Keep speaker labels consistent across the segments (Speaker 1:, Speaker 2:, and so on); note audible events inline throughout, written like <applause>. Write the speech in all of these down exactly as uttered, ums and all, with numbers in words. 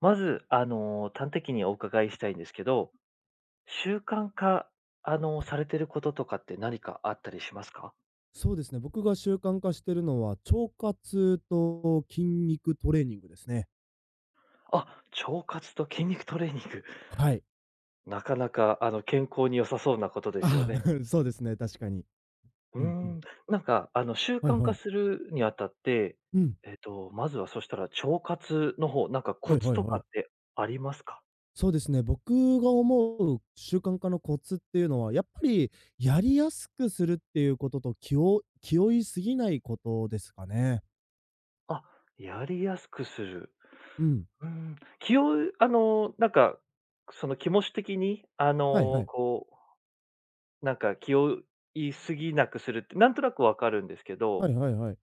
Speaker 1: まず、あの、端的にお伺いしたいんですけど、習慣化、あの、されてることとかって何かあったりしますか？
Speaker 2: そうですね、僕が習慣化してるのは、腸活と筋肉トレーニングですね。
Speaker 1: あ、腸活と筋肉トレーニング。
Speaker 2: はい。
Speaker 1: <laughs> なかなか、あの、健康に良さそうなこと
Speaker 2: <laughs>
Speaker 1: ですよ
Speaker 2: あ
Speaker 1: ね。
Speaker 2: あ、<laughs> そうですね、確かに。
Speaker 1: うー
Speaker 2: うんうん。
Speaker 1: ん。なんか、あの、習
Speaker 2: はい
Speaker 1: 慣
Speaker 2: は
Speaker 1: 化
Speaker 2: い。
Speaker 1: するにあたって、
Speaker 2: うん。
Speaker 1: えっと、まずはそしたら腸活の方、なんかコ
Speaker 2: はい
Speaker 1: ツ
Speaker 2: はい
Speaker 1: と
Speaker 2: は
Speaker 1: か
Speaker 2: い。
Speaker 1: ってありますか？
Speaker 2: そうですね、僕が思う習慣化のコツっていうのは、やっぱりやりやすくするっていうことと、気を気負いすぎないことですかね。
Speaker 1: あ、やりやすくする。
Speaker 2: うん。
Speaker 1: うん、気をあの、なんか、その気持ち的に、あ
Speaker 2: はいは
Speaker 1: の、
Speaker 2: い。
Speaker 1: こうなんか気を言いすぎなくするって、なんとなくわかるんですけ
Speaker 2: は
Speaker 1: ど、
Speaker 2: いはいはい。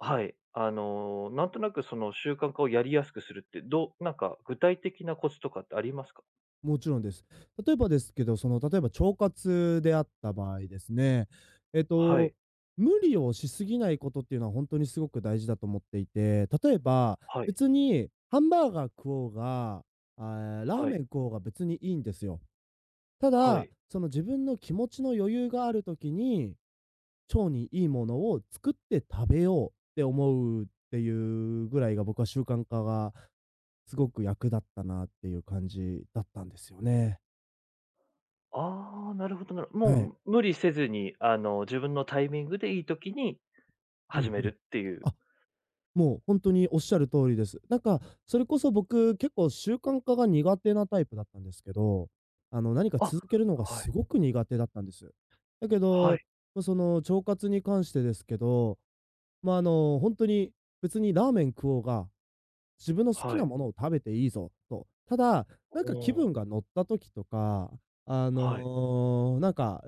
Speaker 1: はい。あの、なんとなくその習慣化をやりやすくするって、どうなんか具体的なコツとかってありますか？
Speaker 2: もちろんです。例えばですけど、その、例えば腸活であった場合ですね、えっ
Speaker 1: はい、
Speaker 2: と、無理をしすぎないことっていうのは本当にすごく大事だと思っていて、例えば、
Speaker 1: はい、
Speaker 2: 別にハンバーガー食おうが、あ、ラー
Speaker 1: は
Speaker 2: メン
Speaker 1: い、
Speaker 2: 食おうが別にいいんですよ。た
Speaker 1: は
Speaker 2: だ、
Speaker 1: い。
Speaker 2: その自分の気持ちの余裕がある時に、腸にいいものを作って食べようって思うっていうぐらいが、僕は習慣化がすごく役立ったなっていう感じだったんですよね。
Speaker 1: ああ、なるほどなる
Speaker 2: はい。
Speaker 1: もう無理せずに、あの、自分のタイミングでいい時に
Speaker 2: うん
Speaker 1: 始め
Speaker 2: うん。
Speaker 1: るっていう。
Speaker 2: あ、もう本当におっしゃる通りです。なんか、それこそ僕、結構習慣化が苦手なタイプだったんですけど、あの、何か
Speaker 1: あ、
Speaker 2: 続けるのが
Speaker 1: はい、
Speaker 2: すごく苦手だったんです。だけ
Speaker 1: はい、
Speaker 2: ど、ま、その腸活に関してですけど、まあ、あの、本当に別にラーメン食おうが、自分の好き
Speaker 1: は
Speaker 2: な
Speaker 1: い。
Speaker 2: ものを食べていいぞと。ただ、
Speaker 1: お
Speaker 2: なんか気
Speaker 1: ー
Speaker 2: 分が乗った時とか、あ
Speaker 1: はい、
Speaker 2: の、なんか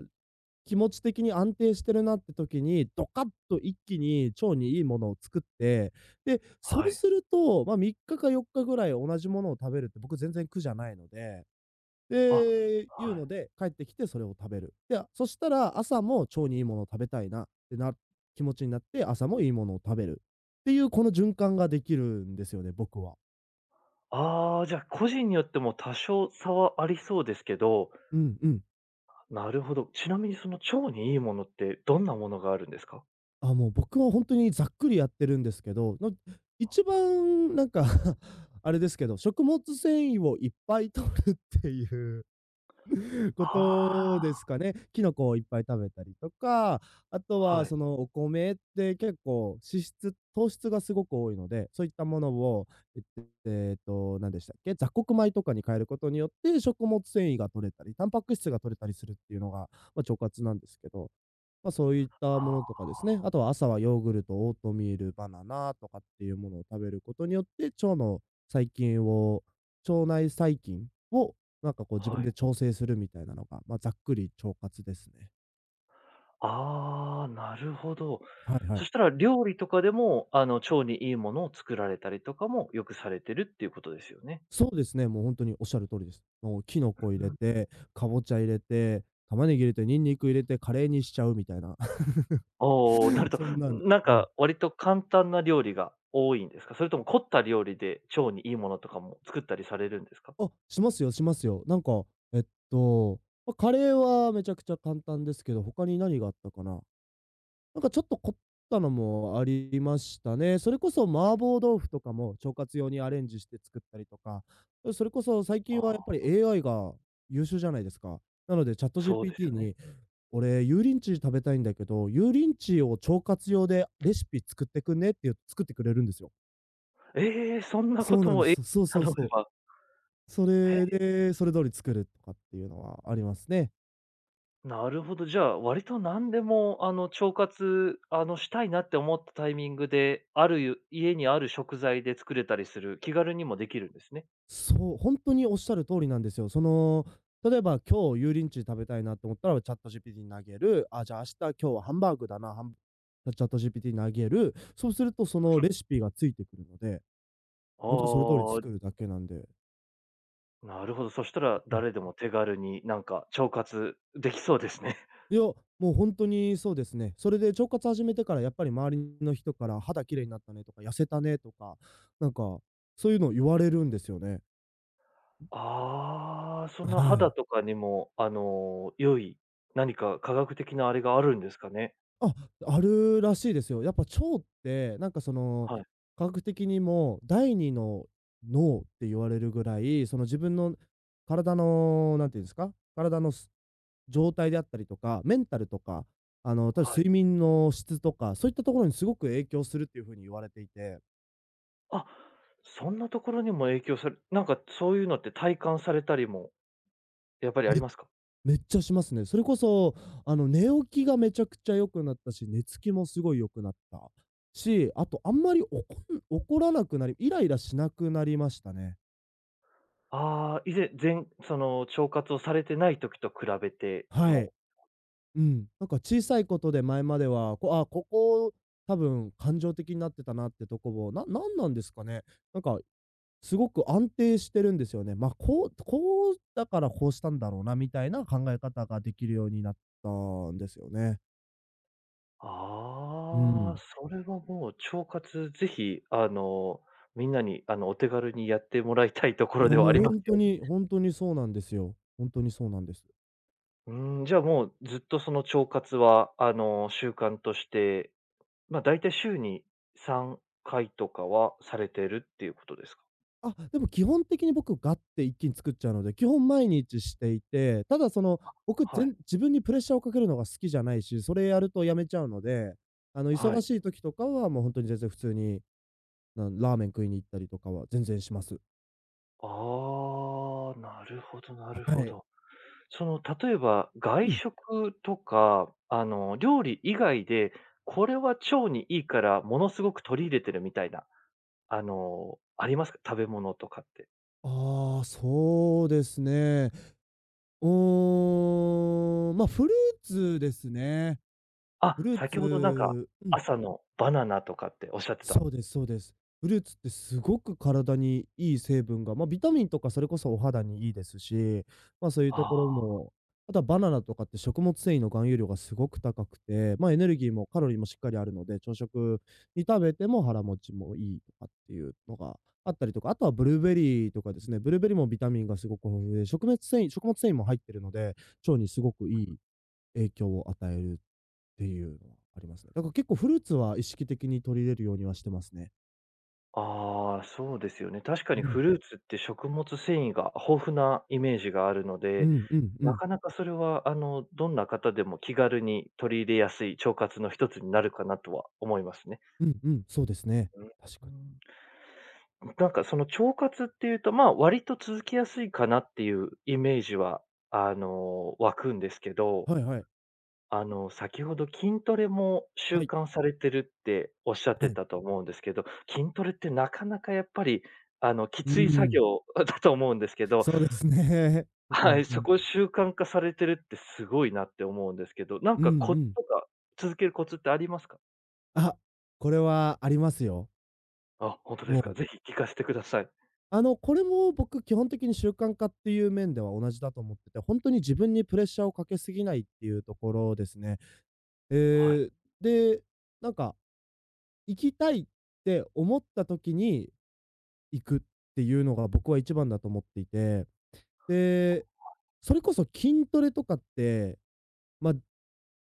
Speaker 2: 気持ち的に安定してるなって時に、ドカッと一気に腸にいいものを作って、で、そ
Speaker 1: は
Speaker 2: う
Speaker 1: い。
Speaker 2: すると、まあ、みっかかよっかぐらい同じものを食べるって僕全然苦じゃないので、
Speaker 1: あ、
Speaker 2: で、いう
Speaker 1: はい。
Speaker 2: ので、帰ってきてそれを食べる。で、そしたら朝も腸にいいものを食べたいなってな気持ちになって、朝もいいものを食べるっていうこの循環ができるんですよね、僕は。
Speaker 1: ああ、じゃあ個人によっても多少差はありそうですけど、
Speaker 2: うんうん。
Speaker 1: なるほど。ちなみにその腸にいいものってどんなものがあるんですか？
Speaker 2: あ、もう僕は本当にざっくりやってるんですけど、の一番なんか <laughs> あれですけど、食物繊維をいっぱい摂るっていう <laughs> こと
Speaker 1: あ
Speaker 2: ですかね。キノコをいっぱい食べたりとか、あと
Speaker 1: あ、
Speaker 2: は
Speaker 1: はい。
Speaker 2: そのお米って結構脂質糖質がすごく多いので、そういったものを、えっとえっと、何でしたっけ、雑穀米とかに変えることによって食物繊維が摂れたり、タンパク質が摂れたりするっていうのが、まあ、腸活なんですけど、まあ、そういったもの
Speaker 1: あ
Speaker 2: とかですね、あとは朝はヨーグルト、オートミール、バナナとかっていうものを食べることによって、腸の細菌を腸内細菌をなんかこう自
Speaker 1: あ、は
Speaker 2: 分
Speaker 1: い。
Speaker 2: で調整するみたいなのが、まあ、ざっくり腸活ですね。
Speaker 1: ああ、なるほど。
Speaker 2: はいは
Speaker 1: そ
Speaker 2: い。
Speaker 1: したら料理とかでも、あの、腸にいいものを作られたりとかもよくされてるっていうことですよね。
Speaker 2: そうですね、もう本当におっしゃる通りです。もうキノコ入
Speaker 1: う
Speaker 2: れ
Speaker 1: ん。
Speaker 2: て、かぼちゃ入れて、玉ねぎ入れて、ニンニク入れて、カレーにしちゃうみたいな、
Speaker 1: おお、な
Speaker 2: <laughs>
Speaker 1: ると、
Speaker 2: そんなん
Speaker 1: なん
Speaker 2: うん。
Speaker 1: か割と簡単な料理が多いんですか？それとも凝った料理で腸にいいものとかも作ったりされるんですか？
Speaker 2: あ、しますよしますよ。なんか、えっと、ま、カレーはめちゃくちゃ簡単ですけど、他に何があったかな。なんかちょっと凝ったのもありましたね。それこそ麻婆豆腐とかも腸活用にアレンジして作ったりとか、それこそ最
Speaker 1: あ
Speaker 2: 近はやっぱ
Speaker 1: あ、
Speaker 2: り エーアイ が優秀じゃないですか。なので
Speaker 1: そうです
Speaker 2: ChatGPT
Speaker 1: よね。
Speaker 2: に「俺油淋鶏食べたいんだけど、油淋鶏を腸活用でレシピ作ってくんね」って言う作ってくれるんですよ。
Speaker 1: ええ、そんな
Speaker 2: そ
Speaker 1: こ
Speaker 2: う
Speaker 1: と
Speaker 2: なんで
Speaker 1: もえ
Speaker 2: す。そうそ
Speaker 1: 頼
Speaker 2: う
Speaker 1: め
Speaker 2: そう。
Speaker 1: ば。
Speaker 2: それで、それ通り作るとかっていうのはありますね。
Speaker 1: なるほど。じゃあ、割と何でも、あの、腸活、あの、したいなって思ったタイミングで、あるゆ家にある食材で作れたりする、気軽にもできるんですね。
Speaker 2: そう、ほんとにおっしゃる通りなんですよ。その、例えば今日油淋鶏食べたいなと思ったら、チャット g p t に投げる。あ、じゃあ、明日、今日はハンバーグだな、ハンチャット g p t に投げる。そうすると、そのレシピがついてくるので、
Speaker 1: あ
Speaker 2: ほんとそれ通り
Speaker 1: あ、
Speaker 2: 作るだけなんで。
Speaker 1: なるほど。そしたら
Speaker 2: うん。
Speaker 1: 誰でも手軽になんか腸活できそうですね。<laughs>
Speaker 2: いや、もうほんとにそうですね。それで腸活始めてからやっぱり周りの人から「肌綺麗になったね」とか「痩せたね」とか、なんか、そういうのを言われるんですよね。
Speaker 1: ああ、その
Speaker 2: は
Speaker 1: 肌
Speaker 2: い。
Speaker 1: とかにも、あの、良い、何か科学的なあれがあるんですかね？
Speaker 2: あ、あるらしいですよ。やっぱ腸って、なんかその、
Speaker 1: はい、
Speaker 2: 科学的にも第二の脳って言われるぐらい、その自分の体の、なんていうんですか、体のす状態であったりとか、メンタルとか、あの、た
Speaker 1: はい。
Speaker 2: 睡眠の質とか、そういったところにすごく影響するっていう風に言われていて、
Speaker 1: あ、そんなところにも影響されなんかそういうのって体感されたりも、やっぱりありますか？
Speaker 2: めっちゃしますね。それこそ、あの、寝起きがめちゃくちゃ良くなったし、寝つきもすごい良くなったし、あとあんまり怒ん怒らなくなりイライラしなくなりましたね。
Speaker 1: ああ、以前ぜその腸活をされてない時と比べて、
Speaker 2: はい。
Speaker 1: も
Speaker 2: うん。なんか小さいことで前までは、こあ、ここ多分感情的になってたなってとこを、ななんなんですかね。なんかすごく安定してるんですよね。まあ、こうこうだからこうしたんだろうなみたいな考え方ができるようになったんですよね。う
Speaker 1: ああ、
Speaker 2: ん。
Speaker 1: それはもう腸活ぜひ、あの、みんなに、あの、お手軽にやってもらいたいとこ
Speaker 2: い
Speaker 1: ろ
Speaker 2: や、
Speaker 1: ではあ
Speaker 2: も
Speaker 1: り
Speaker 2: う
Speaker 1: ます
Speaker 2: 本
Speaker 1: よ
Speaker 2: 当
Speaker 1: ね。
Speaker 2: に本当にそうなんですよ。本当にそうなんです。
Speaker 1: うーん、じゃあもうずっとその腸活は、あの、習慣として、ま、だいたい週にさんかいとかはされてるっていうことですか？
Speaker 2: あ、でも基本的に僕ガッて一気に作っちゃうので、基本毎日していて、ただその、僕
Speaker 1: は
Speaker 2: ぜ
Speaker 1: い、
Speaker 2: ん自分にプレッシャーをかけるのが好きじゃないし、それやるとやめちゃうので、あの
Speaker 1: は
Speaker 2: 忙
Speaker 1: い。
Speaker 2: しい時とかはもうほんとに全然普通に、なんラーメン食いに行ったりとかは全然します。
Speaker 1: ああ、なるほどなる
Speaker 2: は
Speaker 1: ほ
Speaker 2: い。
Speaker 1: ど。その、例えば、外
Speaker 2: うん。
Speaker 1: 食とか、あの、料理以外で、これは腸にいいから、ものすごく取り入れてるみたいな、あの、ありますか？食べ物とかって。
Speaker 2: ああ、そうですね。うーん、ま、フルーツですね。フ
Speaker 1: あ、
Speaker 2: ルー
Speaker 1: 先ほどなんか、
Speaker 2: ツ、
Speaker 1: 朝のバナナとかっておっしゃってた。
Speaker 2: そうですそうです。フルーツってすごく体にいい成分が、まあ、ビタミンとかそれこそお肌にいいですし、まあ、そういうところ
Speaker 1: あ
Speaker 2: も、あとはバナナとかって食物繊維の含有量がすごく高くて、まあ、エネルギーもカロリーもしっかりあるので、朝食に食べても腹持ちもいいとかっていうのがあったりとか、あとはブルーベリーとかですね、ブルーベリーもビタミンがすごく豊富で、食物繊維食物繊維も入ってるので、腸にすごくいい影響を与えるっていうのはありますね。だから結構フルーツは意識的に取り入れるようにはしてますね。
Speaker 1: あ、ああ、そうですよね。確か
Speaker 2: う
Speaker 1: にフ
Speaker 2: ん。
Speaker 1: ルーツって食物繊維が豊富なイメージがあるの
Speaker 2: う
Speaker 1: で、
Speaker 2: んうんう
Speaker 1: な
Speaker 2: ん。
Speaker 1: かなかそれは、あの、どんな方でも気軽に取り入れやすい腸活の一つになるかなとは思いますね。
Speaker 2: うんうん。そうですね。
Speaker 1: うん、
Speaker 2: 確かに。
Speaker 1: ん。なんかその腸活っていうと、まあ、割と続きやすいかなっていうイメージは、あの、湧くんですけど、
Speaker 2: はいはい。
Speaker 1: あの、先ほど筋トレも習
Speaker 2: はい。
Speaker 1: 慣されてるっておっしゃっ
Speaker 2: は
Speaker 1: て
Speaker 2: い。
Speaker 1: たと思うんですけど、筋トレってなかなかやっぱり、あの、き
Speaker 2: う
Speaker 1: つい作
Speaker 2: ん。
Speaker 1: 業 <laughs> だと思うんですけ
Speaker 2: <laughs>
Speaker 1: ど、
Speaker 2: そうですね。<laughs> う
Speaker 1: はい、
Speaker 2: んう
Speaker 1: そ
Speaker 2: ん。
Speaker 1: こを習慣化されてるってすごいなって思うんですけど、なん
Speaker 2: うんう
Speaker 1: かコツ
Speaker 2: ん。
Speaker 1: とか、続けるコツってありますか？
Speaker 2: あ、これはありますよ。
Speaker 1: あ、本当で
Speaker 2: も
Speaker 1: すか？
Speaker 2: う、
Speaker 1: ぜひ聞かせてください。
Speaker 2: あの、これも僕基本的に習慣化っていう面では同じだと思ってて、本当に自分にプレッシャーをかけすぎないっていうところですね。
Speaker 1: はい。
Speaker 2: えーで、なんか、行きたいって思った時に行くっていうのが僕は一番だと思っていて、で、それこそ筋トレとかって、まあ、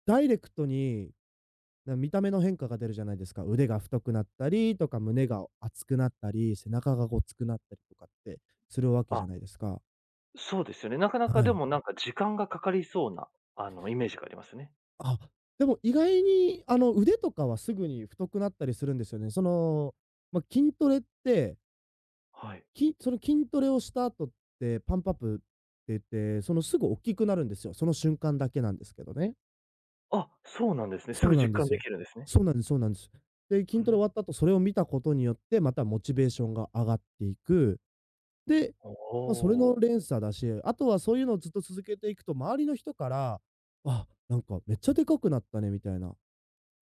Speaker 2: ダイレクトに、な見た目の変化が出るじゃないですか。腕が太くなったりとか、胸が厚くなったり、背中がごつくなったりとかってするわけじ
Speaker 1: あ
Speaker 2: ゃないですか。
Speaker 1: そうですよね。なかなか
Speaker 2: は
Speaker 1: で
Speaker 2: い。
Speaker 1: もなんか時間がかかりそうな、あの、イメージがありますね。
Speaker 2: あ、でも意外にあの、腕とかはすぐに太くなったりするんですよね。その、まあ、筋トレって、
Speaker 1: はい。
Speaker 2: きその筋トレをした後って、パンプアップって言って、そのすぐ大きくなるんですよ。その瞬間だけなんですけどね。
Speaker 1: あ、そうなんですね。す
Speaker 2: そう
Speaker 1: ぐ
Speaker 2: な
Speaker 1: 実
Speaker 2: んで
Speaker 1: 感
Speaker 2: す
Speaker 1: で
Speaker 2: よ。
Speaker 1: きるんですね。
Speaker 2: そうなんですそうなんです。で、
Speaker 1: う
Speaker 2: 筋ト
Speaker 1: ん。
Speaker 2: レ終わった後、それを見たことによって、またモチベーションが上がっていく。で、
Speaker 1: お
Speaker 2: ま、それ
Speaker 1: お、
Speaker 2: の連鎖だし、あとはそういうのをずっと続けていくと、周りの人から、「あ、なんかめっちゃでかくなったね」みたいな、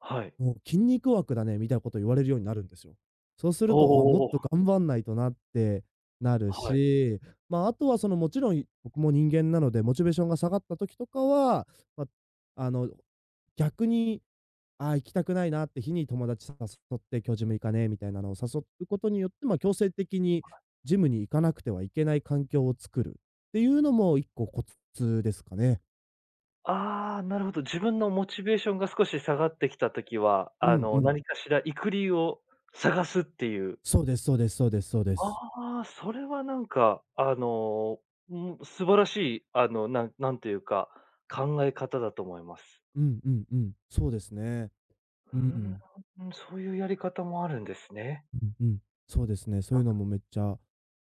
Speaker 1: はい。
Speaker 2: 「もう筋肉枠だね」みたいなこと言われるようになるんですよ。そうす
Speaker 1: お
Speaker 2: ると、あ、もっ
Speaker 1: お、
Speaker 2: と頑張んないとなってなる
Speaker 1: はい。
Speaker 2: し、ま、あとはその、もちろん、い僕も人間なので、モチベーションが下がった時とかは、ま、あの、逆にああ、行きたくないなって日に友達誘って今日ジム行かねえみたいなのを誘うことによって、まあ、強制的にジムに行かなくてはいけない環境を作るっていうのも一個コツですかね。
Speaker 1: ああ、なるほど。自分のモチベーションが少し下がってきたときは、
Speaker 2: う
Speaker 1: あ
Speaker 2: んう
Speaker 1: の、
Speaker 2: ん。
Speaker 1: 何かしらイくリを探すっていう。
Speaker 2: そうですそうですそうですそうです。
Speaker 1: ああ、それはなんか、あの、ん、素晴らしい、あの、なんなんていうか、考え方だと思います。
Speaker 2: うんうんうん。そうですね。
Speaker 1: う
Speaker 2: うん。
Speaker 1: ーん、そういうやり方もあるんですね。
Speaker 2: うんうん。そうですね。そういうのもめっちゃ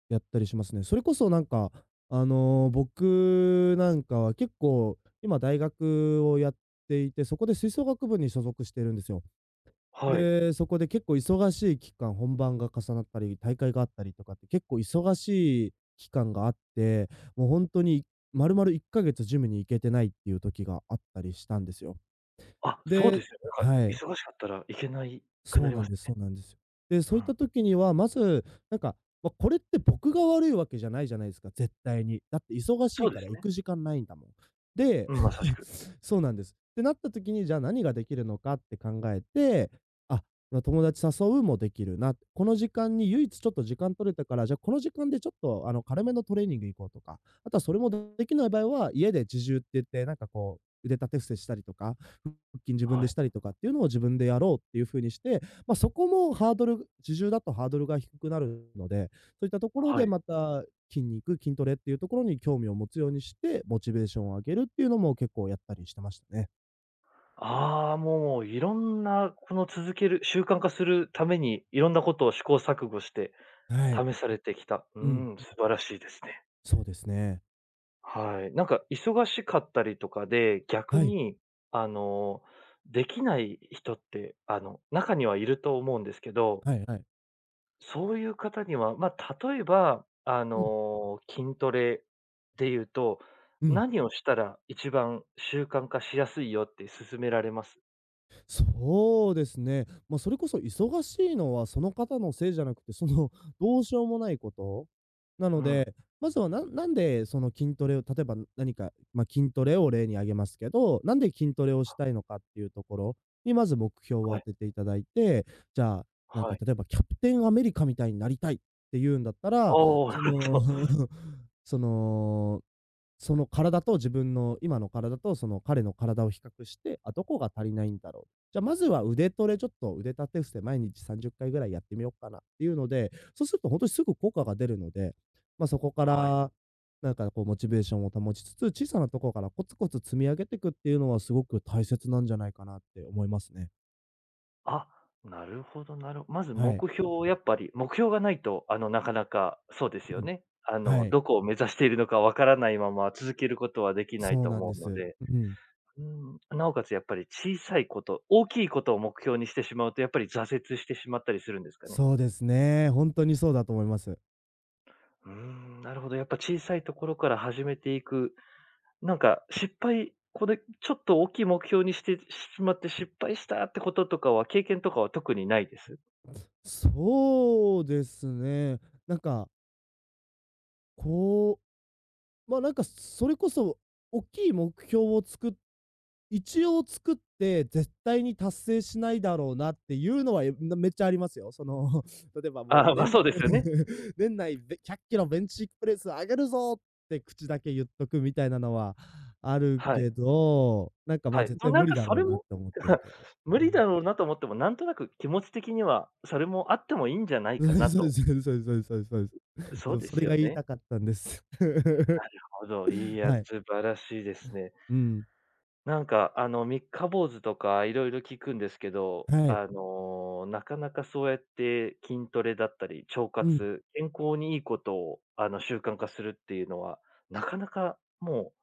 Speaker 2: やったりしますね。それこそなんか、あの、僕なんかは結構今大学をやっていて、そこで吹奏楽部に所属してるんですよ。
Speaker 1: はい。
Speaker 2: で、そこで結構忙しい期間、本番が重なったり、大会があったりとかって結構忙しい期間があって、もう本当にまに丸々1ヶ月ジムに行けてないっていう時があったりしたんですよ。
Speaker 1: あ、そうで
Speaker 2: で
Speaker 1: すよね。なんか
Speaker 2: はい。
Speaker 1: 忙しかったら行けないくな
Speaker 2: そう
Speaker 1: りま
Speaker 2: な
Speaker 1: す
Speaker 2: んです
Speaker 1: よ
Speaker 2: そうなんですよ。で、
Speaker 1: ね。う
Speaker 2: そういっ
Speaker 1: ん。
Speaker 2: た時には、まず、なんか、ま、これって僕が悪いわけじゃないじゃないですか、絶対に。だって忙し
Speaker 1: そ
Speaker 2: い
Speaker 1: うで
Speaker 2: か
Speaker 1: す
Speaker 2: ら行
Speaker 1: ね。
Speaker 2: く時間ないんだもん。で、
Speaker 1: うん、まさしく。
Speaker 2: <laughs> そうなんです。ってなった時に、じゃあ何ができるのかって考えて、あ、ま、友達誘うもできるな、この時間に唯一ちょっと時間取れたから、じゃあこの時間でちょっと、あの、軽めのトレーニング行こうとか、あとはそれもできない場合は、家で自重って言って、なんかこう、腕立て伏せしたりとか筋自分
Speaker 1: は
Speaker 2: で
Speaker 1: い。
Speaker 2: したりとかっていうのを自分でやろうっていう風にして、まあ、そこもハードル、自重だとハードルが低くなるので、そういったところ
Speaker 1: は
Speaker 2: で
Speaker 1: い。
Speaker 2: また筋肉、筋トレっていうところに興味を持つようにして、モチベーションを上げるっていうのも結構やったりしてましたね。
Speaker 1: ああ、もういろんなこの続ける習慣化するために、いろんなことを試行錯誤して
Speaker 2: はい。
Speaker 1: 試されてきた。う
Speaker 2: うん。
Speaker 1: ん、素晴らしいですね。
Speaker 2: そうですね。
Speaker 1: はい。なんか忙しかったりとかで、逆
Speaker 2: はい。
Speaker 1: に、あの、できない人って、あの、中にはいると思うんですけど
Speaker 2: はいはい。
Speaker 1: そういう方には、まあ、例えば、あ
Speaker 2: うん。
Speaker 1: の、筋トレで言うと、
Speaker 2: うん。
Speaker 1: 何をしたら一番習慣化しやすいよって勧められます？
Speaker 2: そうですね。まあ、それこそ忙しいのはその方のせいじゃなくて、その <laughs>、どうしようもないこと。なの
Speaker 1: うん。
Speaker 2: で、まずは、ななんでその筋トレを例えば何か、まあ、筋トレを例に挙げますけど、なんで筋トレをしたいのかっていうところに、まず目標を
Speaker 1: は
Speaker 2: 当
Speaker 1: い、
Speaker 2: てていただいて、じゃあ、なん
Speaker 1: は
Speaker 2: か
Speaker 1: い。
Speaker 2: 例えばキャプテンアメリカみたいになりたいっていうんだったら、
Speaker 1: おあ、な
Speaker 2: そ
Speaker 1: るほ
Speaker 2: の、
Speaker 1: ど。
Speaker 2: <laughs> その、その体と自分の今の体とその彼の体を比較して、あ、どこが足りないんだろう。じゃあまずは腕トレちょっと腕立て伏せ毎日さんじゅっかいぐらいやってみようかなっていうので、そうするとほんとにすぐ効果が出るので、まあ、そこか
Speaker 1: はい。
Speaker 2: ら、なんかこうモチベーションを保ちつつ、小さなところからコツコツ積み上げていくっていうのはすごく大切なんじゃないかなって思いますね。
Speaker 1: あ、なるほどなるほどまず
Speaker 2: は
Speaker 1: 目
Speaker 2: い。
Speaker 1: 標をやっぱり目標がないと、あの、なかなか、そうですよ
Speaker 2: うん。
Speaker 1: ね。あ
Speaker 2: は
Speaker 1: の、
Speaker 2: い。
Speaker 1: どこを目指しているのかわからないまま続けることはできない
Speaker 2: そう
Speaker 1: と
Speaker 2: なん
Speaker 1: 思
Speaker 2: で
Speaker 1: うの
Speaker 2: す。
Speaker 1: で
Speaker 2: うん。
Speaker 1: うん、なおかつやっぱり小さいこと、大きいことを目標にしてしまうと、やっぱり挫折してしまったりするんですかね？
Speaker 2: そうですね。本当にそうだと思います。
Speaker 1: うーん、なるほど、やっぱ小さいところから始めていく、なんか失敗、これちょっと大きい目標にしてしまって失敗したってこととかは、経験とかは特にないです？
Speaker 2: そうですね。なんかこう、ま、あなんか、それこそ、大きい目標を作っ一応作って、絶対に達成しないだろうなっていうのは、え、めっちゃありますよ。その、<laughs> 例えば
Speaker 1: <laughs>
Speaker 2: もう、
Speaker 1: ああ、ま、
Speaker 2: 年
Speaker 1: そうですよ
Speaker 2: <laughs>
Speaker 1: ね。
Speaker 2: 年内べひゃっキロベンチプレス上げるぞって口だけ言っとくみたいなのはある
Speaker 1: はい、
Speaker 2: けど、なんか、ま、
Speaker 1: は
Speaker 2: あ
Speaker 1: い。
Speaker 2: 絶
Speaker 1: でも
Speaker 2: 対
Speaker 1: なん
Speaker 2: 無理
Speaker 1: か
Speaker 2: だ
Speaker 1: そ
Speaker 2: ろ
Speaker 1: れ
Speaker 2: うなっ
Speaker 1: も
Speaker 2: て思ってる
Speaker 1: <laughs>
Speaker 2: けど。
Speaker 1: 無
Speaker 2: う
Speaker 1: 理
Speaker 2: ん。
Speaker 1: だろうなと思っても、なんとなく気持ち的には、それもあってもいいんじゃな
Speaker 2: <laughs>
Speaker 1: い
Speaker 2: そう
Speaker 1: か
Speaker 2: で
Speaker 1: な
Speaker 2: すそうで
Speaker 1: と。
Speaker 2: すそうですそうですそうですそうです。<laughs>
Speaker 1: そう
Speaker 2: そう、
Speaker 1: で
Speaker 2: そ
Speaker 1: す
Speaker 2: れ
Speaker 1: よ
Speaker 2: が言い
Speaker 1: ね。
Speaker 2: たかったんです。
Speaker 1: な
Speaker 2: <laughs>
Speaker 1: るほど、いや、
Speaker 2: はい。
Speaker 1: 素晴らしいですね。
Speaker 2: うん。
Speaker 1: なんか、あの、三日坊主とかいろいろ聞くんですけど、
Speaker 2: はい。
Speaker 1: あの、なかなかそうやって筋トレだったり、腸
Speaker 2: うん。
Speaker 1: 活、健康にいいことを、あの、習慣化するっていうのは、なかなかも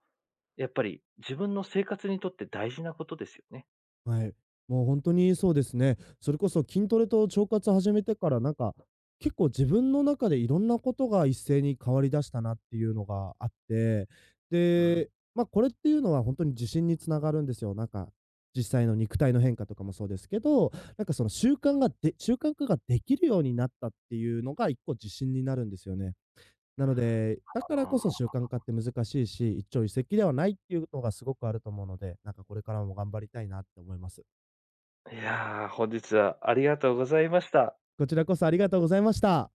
Speaker 1: う、やっぱり自分の生活にとって大事なことですよね。
Speaker 2: はい。もう本当にそうですね。それこそ筋トレと腸活始めてから、なんか、結構自分の中でいろんなことが一斉に変わりだしたなっていうのがあって、
Speaker 1: うん。
Speaker 2: で、ま、あこれっていうのは本当に自信につながるんですよ。なんか、実際の肉体の変化とかもそうですけど、なんかその習慣がで習慣化ができるようになったっていうのが一個自信になるんですよね。なので、だからこそ習
Speaker 1: あ
Speaker 2: 慣化って難しいし、一朝一夕ではないっていうのがすごくあると思うので、なんかこれからも頑張りたいなって思います。
Speaker 1: ーいやー、本日はありがとうございました。
Speaker 2: こちらこそありがとうございました。